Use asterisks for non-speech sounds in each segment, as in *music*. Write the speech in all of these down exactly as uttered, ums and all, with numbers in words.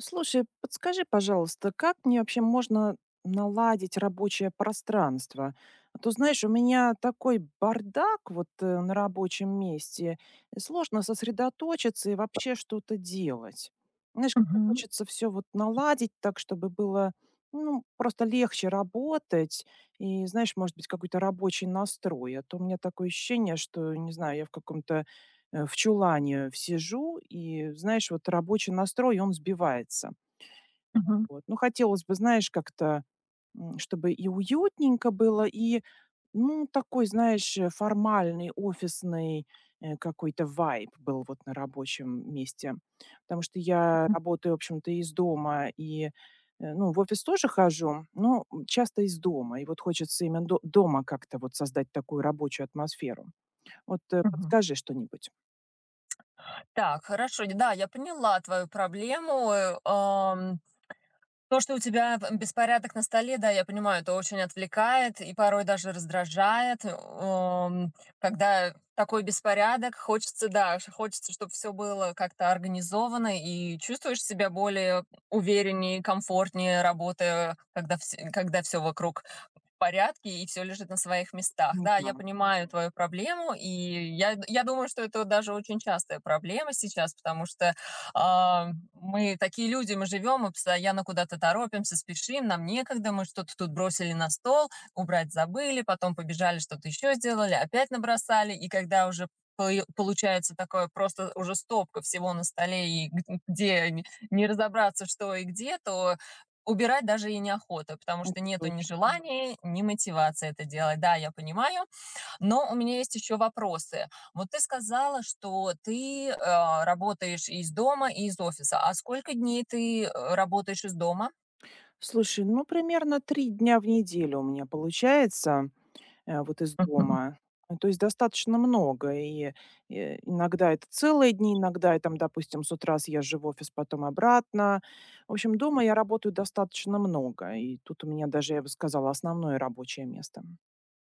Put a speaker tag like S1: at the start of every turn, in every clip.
S1: Слушай, подскажи, пожалуйста, как мне вообще можно наладить рабочее пространство? А то, знаешь, у меня такой бардак вот э, на рабочем месте. и Сложно сосредоточиться и вообще что-то делать. Знаешь, как-то
S2: Мгм.
S1: хочется все вот наладить так, чтобы было ну, просто легче работать и, знаешь, может быть, какой-то рабочий настрой. А то у меня такое ощущение, что, не знаю, я в каком-то э, в чулане сижу, и, знаешь, вот рабочий настрой, он сбивается.
S2: Мгм.
S1: Вот. Ну, хотелось бы, знаешь, как-то, м, чтобы и уютненько было, и, ну, такой, знаешь, э, формальный, офисный э, какой-то вайб был вот на рабочем месте. Потому что я
S2: Мгм.
S1: работаю, в общем-то, из дома, и, э, ну, в офис тоже хожу, но м, часто из дома. И вот хочется именно до- дома как-то вот создать такую рабочую атмосферу. Вот э,
S2: Мгм.
S1: подскажи что-нибудь.
S2: Так, хорошо, да, я поняла твою проблему. э, ам, То, что у тебя п- беспорядок на столе, да, я понимаю, это очень отвлекает и порой даже раздражает. э, ам, Когда такой беспорядок, хочется, да, ш- хочется, чтобы все было как-то организовано, и чувствуешь себя более увереннее, комфортнее, работая, когда все, когда все вокруг порядке и все лежит на своих местах. Да, я
S1: Мгм.
S2: понимаю твою проблему, и я я думаю, что это даже очень частая проблема сейчас, потому что, а, мы такие люди, мы живем, мы постоянно куда-то торопимся, спешим, нам некогда, мы что-то тут бросили на стол, убрать забыли, потом побежали, что-то еще сделали, опять набросали, и когда уже пое получается такое просто уже стопка всего на столе, и г где не не разобраться, что и где, то убирать даже и неохота, потому
S1: Это
S2: что нету ни
S1: точно.
S2: желания, ни мотивации это делать. Да, я понимаю, но у меня есть еще вопросы. Вот ты сказала, что ты, а, работаешь и из дома, и из офиса. А сколько дней ты, э, работаешь из дома?
S1: Слушай, ну, примерно три дня в неделю у меня получается, э, вот из
S2: Мгм.
S1: дома. Э, то есть достаточно много. И, э, иногда это целые дни, иногда я там, допустим, с утра съезжу в офис, потом обратно. В общем, дома я работаю достаточно много. И тут у меня даже, я бы сказала, основное рабочее место.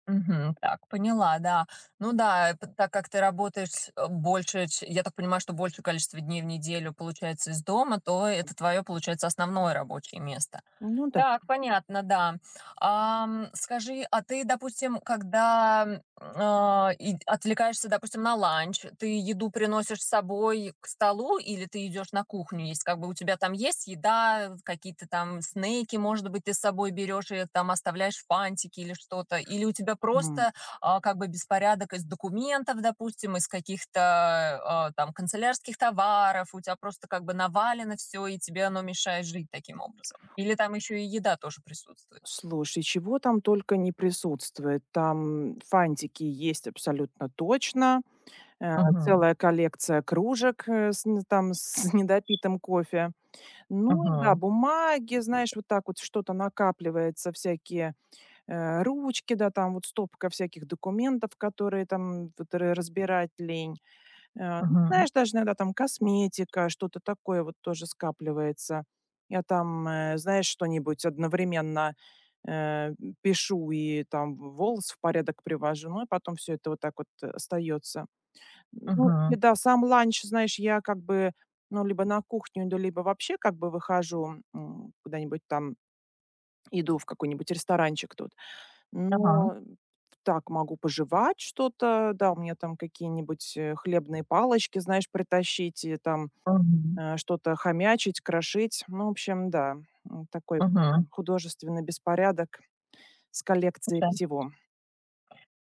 S2: Мгм. Так, поняла, да. Ну да, п так как ты работаешь, э, больше ч я так понимаю, что большее количество дней в неделю получается из дома, то это твое, получается, основное рабочее место.
S1: Ну да.
S2: Так, понятно, да. Ам, скажи, а ты, допустим, когда, м, а, и отвлекаешься, допустим, на ланч, ты еду приносишь с собой к столу или ты идешь на кухню есть? Как бы у тебя там есть еда, какие-то там снеки, может быть, ты с собой берешь и там оставляешь фантики или что-то? Или у тебя
S1: М.
S2: просто а, как бы беспорядок из документов, допустим, из каких-то а, там канцелярских товаров, у тебя просто как бы навалено все, и тебе оно мешает жить таким образом. Или там еще и еда тоже присутствует.
S1: Слушай, чего там только не присутствует. Там фантики есть абсолютно точно. Э,
S2: Мгм.
S1: целая коллекция кружек, э, с н там с *laughs* недопитым кофе. Ну и да,
S2: Мгм.
S1: бумаги, знаешь, вот так вот что-то накапливается, всякие, э, ручки, да, там вот стопка всяких документов, которые там вот ра разбирать лень. Э, ну,
S2: Мгм.
S1: знаешь, даже иногда там косметика, что-то такое вот тоже скапливается. Я там, э, знаешь, что-нибудь одновременно, э, пишу и там волос в порядок привожу, ну и потом все это вот так вот остается. Ну,
S2: Мгм.
S1: еда, сам ланч, знаешь, я как бы, ну, либо на кухню иду, либо вообще как бы выхожу, м, куда-нибудь там, иду в какой-нибудь ресторанчик тут.
S2: Ага.
S1: Но так могу пожевать что-то, да, у меня там какие-нибудь, э, хлебные палочки, знаешь, притащить и там,
S2: Мгм.
S1: э, что-то хомячить, крошить. Ну, в общем, да, м, такой
S2: Мгм.
S1: прям художественный беспорядок с коллекцией всего.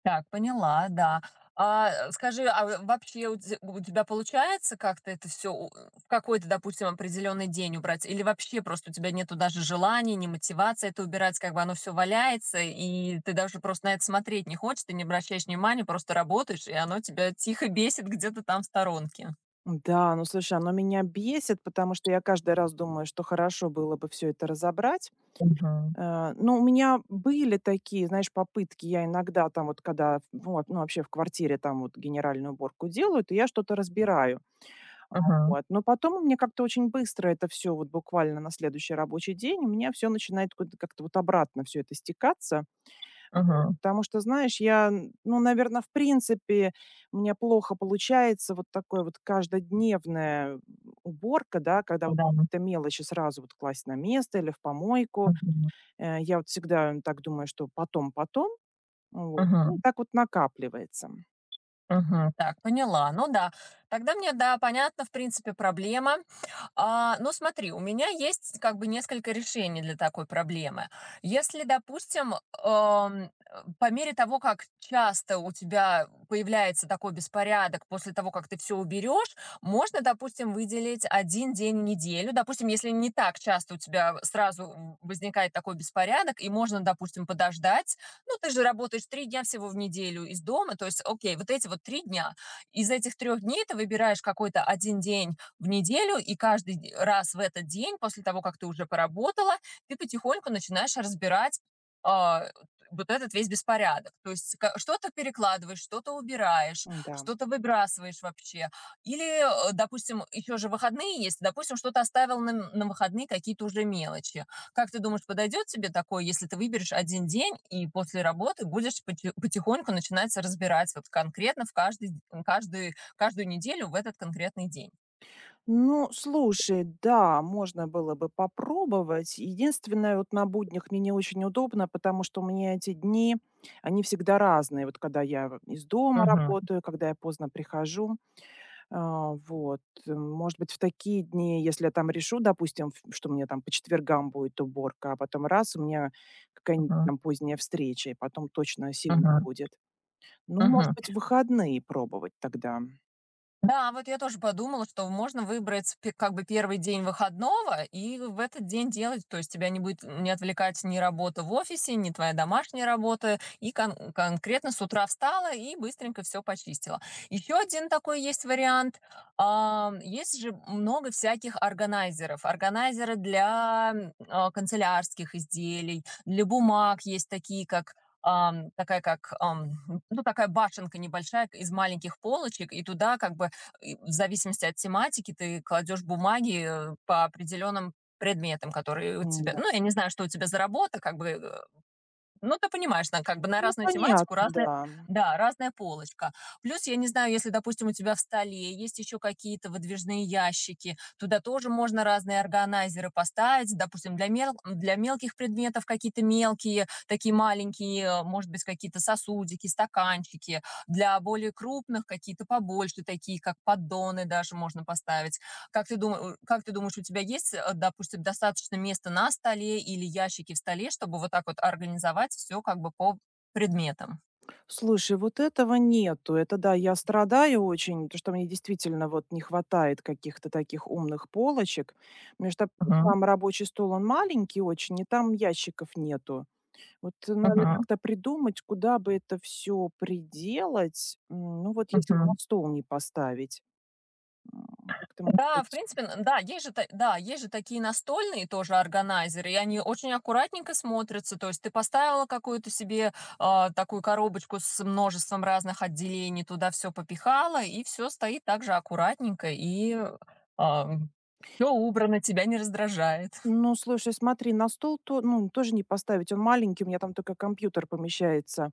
S2: Так, поняла, да. А, э, скажи, а в вообще у те у тебя получается как-то это все в какой-то, допустим, определенный день убрать? Или вообще просто у тебя нету даже желания, ни мотивации это убирать, как бы оно все валяется, и ты даже просто на это смотреть не хочешь, ты не обращаешь внимания, просто работаешь, и оно тебя тихо бесит где-то там в сторонке?
S1: Да, ну, слушай, оно меня бесит, потому что я каждый раз думаю, что хорошо было бы все это разобрать.
S2: Мгм,
S1: Э, ну, у меня были такие, знаешь, попытки. Я иногда там вот, когда, ну, вот, ну, вообще в квартире там вот генеральную уборку делают, и я что-то разбираю.
S2: мгм,
S1: Вот. Но потом у меня как-то очень быстро это все, вот буквально на следующий рабочий день, у меня все начинает куда-то как-то вот обратно все это стекаться. Вот.
S2: мгм.
S1: Потому что, знаешь, я, н- ну, наверное, в принципе, у меня плохо получается вот такое вот каждодневная уборка, да, когда вот
S2: Да.
S1: какие-то мелочи сразу вот класть на место или в помойку.
S2: Мгм,
S1: Э, я вот всегда так думаю, что потом, потом. Вот. Ну,
S2: мгм,
S1: так вот накапливается.
S2: мгм. Так, поняла. Ну да, тогда мне, да, понятно, в принципе, проблема. А, ну, смотри, у меня есть как бы несколько решений для такой проблемы. Если, допустим, ам, по мере того, как часто у тебя появляется такой беспорядок после того, как ты все уберешь, можно, допустим, выделить один день в неделю. Допустим, если не так часто у тебя сразу возникает такой беспорядок, и можно, допустим, подождать. Ну, ты же работаешь три дня всего в неделю из дома, то есть, окей, вот эти вот три дня. Из этих трех дней ты выбираешь какой-то один день в неделю, и каждый раз в этот день, после того, как ты уже поработала, ты потихоньку начинаешь разбирать а, вот этот весь беспорядок. То есть ка- что-то перекладываешь, что-то убираешь,
S1: Да.
S2: что-то выбрасываешь вообще. Или, э, допустим, еще же выходные есть, допустим, что-то оставил на, м- на выходные какие-то уже мелочи. Как ты думаешь, подойдет тебе такое, если ты выберешь один день и после работы будешь поти- потихоньку начинать разбирать вот конкретно в каждый, д- каждый, каждую неделю в этот конкретный день?
S1: Ну, слушай, да, можно было бы попробовать. Единственное, вот на буднях мне не очень удобно, потому что у меня эти дни, они всегда разные. Вот когда я в из дома
S2: Мгм,
S1: работаю, когда я поздно прихожу. А, вот, э, может быть, в такие дни, если я там решу, допустим, ф что мне там по четвергам будет уборка, а потом раз- у меня какая-нибудь
S2: мгм,
S1: там поздняя встреча, и потом точно сил не
S2: мгм,
S1: будет. Ну, может
S2: мгм.
S1: быть, в выходные пробовать тогда.
S2: Да, вот я тоже подумала, что можно выбрать пе- как бы первый день выходного и в этот день делать, то есть тебя не будет не отвлекать ни работа в офисе, ни твоя домашняя работа, и кон- конкретно с утра встала и быстренько все почистила. Еще один такой есть вариант. А, есть же много всяких органайзеров. Органайзеры для м, а, канцелярских изделий, для бумаг есть такие, как ам, такая как ам, ну такая башенка небольшая из маленьких полочек, и туда как бы в зависимости от тематики ты кладешь бумаги э, по определенным предметам, которые у тебя...
S1: М-да.
S2: Ну, я не знаю, что у тебя за работа, как бы э, ну, ты понимаешь, на как бы на
S1: Ну,
S2: разную
S1: понятно,
S2: тематику разная,
S1: да.
S2: да, разная полочка. Плюс, я не знаю, если, допустим, у тебя в столе есть еще какие-то выдвижные ящики, туда тоже можно разные органайзеры поставить. Допустим, для мел для мелких предметов какие-то мелкие, такие маленькие, может быть, какие-то сосудики, стаканчики. Для более крупных какие-то побольше, такие как поддоны даже можно поставить. Как ты дума э, как ты думаешь, у тебя есть, э, допустим, достаточно места на столе или ящики в столе, чтобы вот так вот организовать все как бы по предметам?
S1: Слушай, вот этого нету. Это да, я страдаю очень, потому что мне действительно вот не хватает каких-то таких умных полочек. У меня ж там
S2: Мгм,
S1: сам рабочий стол, он маленький очень, и там ящиков нету. Вот надо
S2: мгм,
S1: как-то придумать, куда бы это все приделать. М, ну, вот если на
S2: мгм.
S1: стол не поставить. М, как-то, может
S2: Да, в
S1: быть.
S2: принципе, н да, есть же та да, есть же такие настольные тоже органайзеры, и они очень аккуратненько смотрятся. То есть ты поставила какую-то себе, а, такую коробочку с множеством разных отделений, туда все попихала, и все стоит так же аккуратненько, и все убрано, тебя не раздражает.
S1: Ну, слушай, смотри, на стол то ну, тоже не поставить, он маленький, у меня там только компьютер помещается.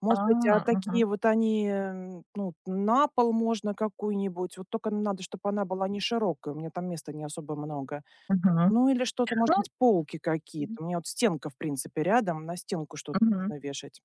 S1: Может быть, а
S2: А, мгм,
S1: такие вот они, м, ну, на пол можно какую-нибудь, вот только надо, чтобы она была не широкая, у меня там места не особо много.
S2: мгм.
S1: Ну, или что-то, может
S2: Ну,
S1: быть, полки какие-то. У меня вот стенка, в принципе, рядом, на стенку что-то
S2: мгм.
S1: можно вешать.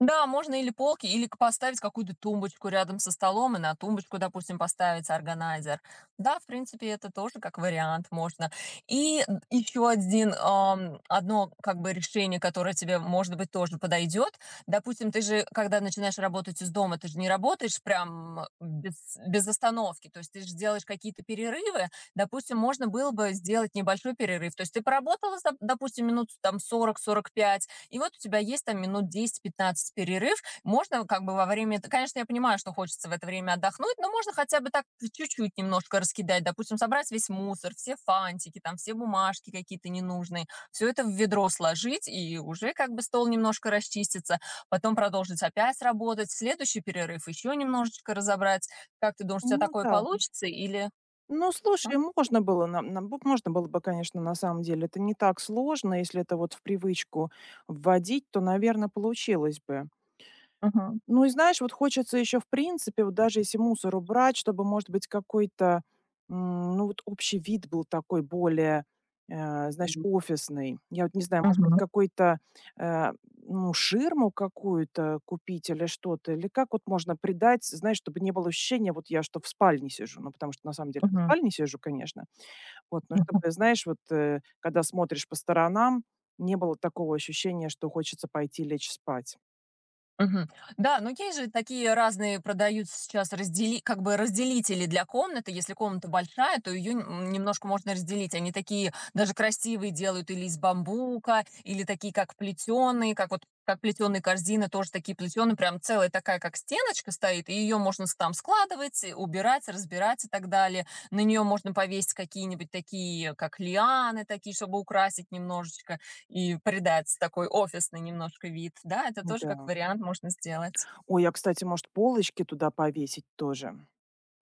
S2: Да, можно или полки, или к- поставить какую-то тумбочку рядом со столом, и на тумбочку, допустим, поставить органайзер. Да, в принципе, это тоже как вариант можно. И еще один, ам, одно как бы решение, которое тебе, может быть, тоже подойдет. Допустим, ты же, когда начинаешь работать из дома, ты же не работаешь прям без, без остановки, то есть ты же делаешь какие-то перерывы. Допустим, можно было бы сделать небольшой перерыв. То есть ты поработала, с доп- допустим, минут там сорок-сорок пять. И вот у тебя есть там минут десять-пятнадцать перерыв. Можно как бы во время... Конечно, я понимаю, что хочется в это время отдохнуть, но можно хотя бы так чуть-чуть немножко раскидать. Допустим, собрать весь мусор, все фантики, там все бумажки какие-то ненужные. Все это в ведро сложить, и уже как бы стол немножко расчистится. Потом продолжить опять работать. Следующий перерыв еще немножечко разобрать. Как ты думаешь, у тебя
S1: Ну
S2: такое
S1: да.
S2: получится? Или...
S1: Ну,
S2: М?
S1: слушай, можно было, нам, нам бы- можно было бы, конечно, на самом деле. Это не так сложно, если это вот в привычку вводить, то, наверное, получилось бы.
S2: Мгм.
S1: Ну и знаешь, вот хочется еще, в принципе, вот даже если мусор убрать, чтобы, может быть, какой-то, м, ну вот общий вид был такой более, э, знаешь, офисный. Я вот не знаю, может быть,
S2: Мгм.
S1: какой-то, э, ну, ширму какую-то купить или что-то, или как вот можно придать, знаешь, чтобы не было ощущения, вот я что в спальне сижу, ну, потому что на самом деле в
S2: Мгм.
S1: спальне сижу, конечно, вот, но чтобы, знаешь, вот, э, когда смотришь по сторонам, не было такого ощущения, что хочется пойти лечь спать.
S2: Мгм. Да, но есть же такие разные продаются сейчас раздели как бы разделители для комнаты. Если комната большая, то ее немножко можно разделить. Они такие даже красивые делают или из бамбука, или такие как плетеные, как вот как плетеные корзины, тоже такие плетеные, прям целая такая, как стеночка стоит, и ее можно с- там складывать, и убирать, разбирать и так далее. На нее можно повесить какие-нибудь такие, как лианы такие, чтобы украсить немножечко и придать такой офисный немножко вид. Да, это тоже как
S1: Да.
S2: вариант можно сделать.
S1: Ой, а, кстати, может, полочки туда повесить тоже?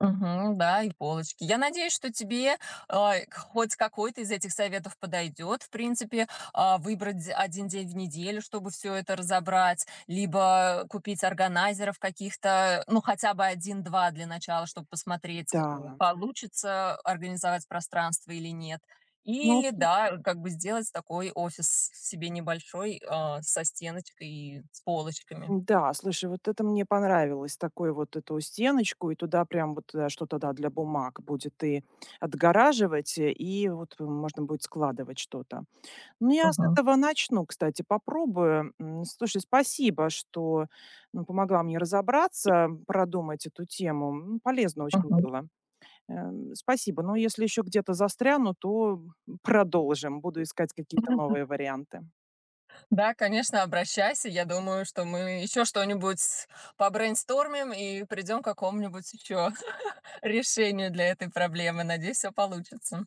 S2: Мгм. Да, и полочки. Я надеюсь, что тебе, а, хоть какой-то из этих советов подойдет. В принципе, а, выбрать д- один день в неделю, чтобы все это разобрать, либо купить органайзеров каких-то, ну, хотя бы один-два для начала, чтобы посмотреть, к
S1: Да.
S2: м, получится организовать пространство или нет.
S1: Ну
S2: Или,
S1: сл
S2: да, как бы сделать такой офис себе небольшой, а, со стеночкой и с полочками.
S1: Да, слушай, вот это мне понравилось, такой вот эту стеночку, и туда прям вот, э, что-то, да, для бумаг будет и отгораживать, э, и вот э, можно будет складывать что-то. Ну, я с
S2: Мгм.
S1: этого начну, кстати, попробую. М, слушай, спасибо, что, ну, помогла мне разобраться, продумать эту тему. М, полезно очень было. Эм, спасибо. Но если еще где-то застряну, то продолжим. Буду искать какие-то
S2: Мгм.
S1: новые варианты.
S2: Да, конечно, обращайся. Я думаю, что мы еще что-нибудь с- побрейнстормим и придем к какому-нибудь еще *laughs* решению для этой проблемы. Надеюсь, все получится.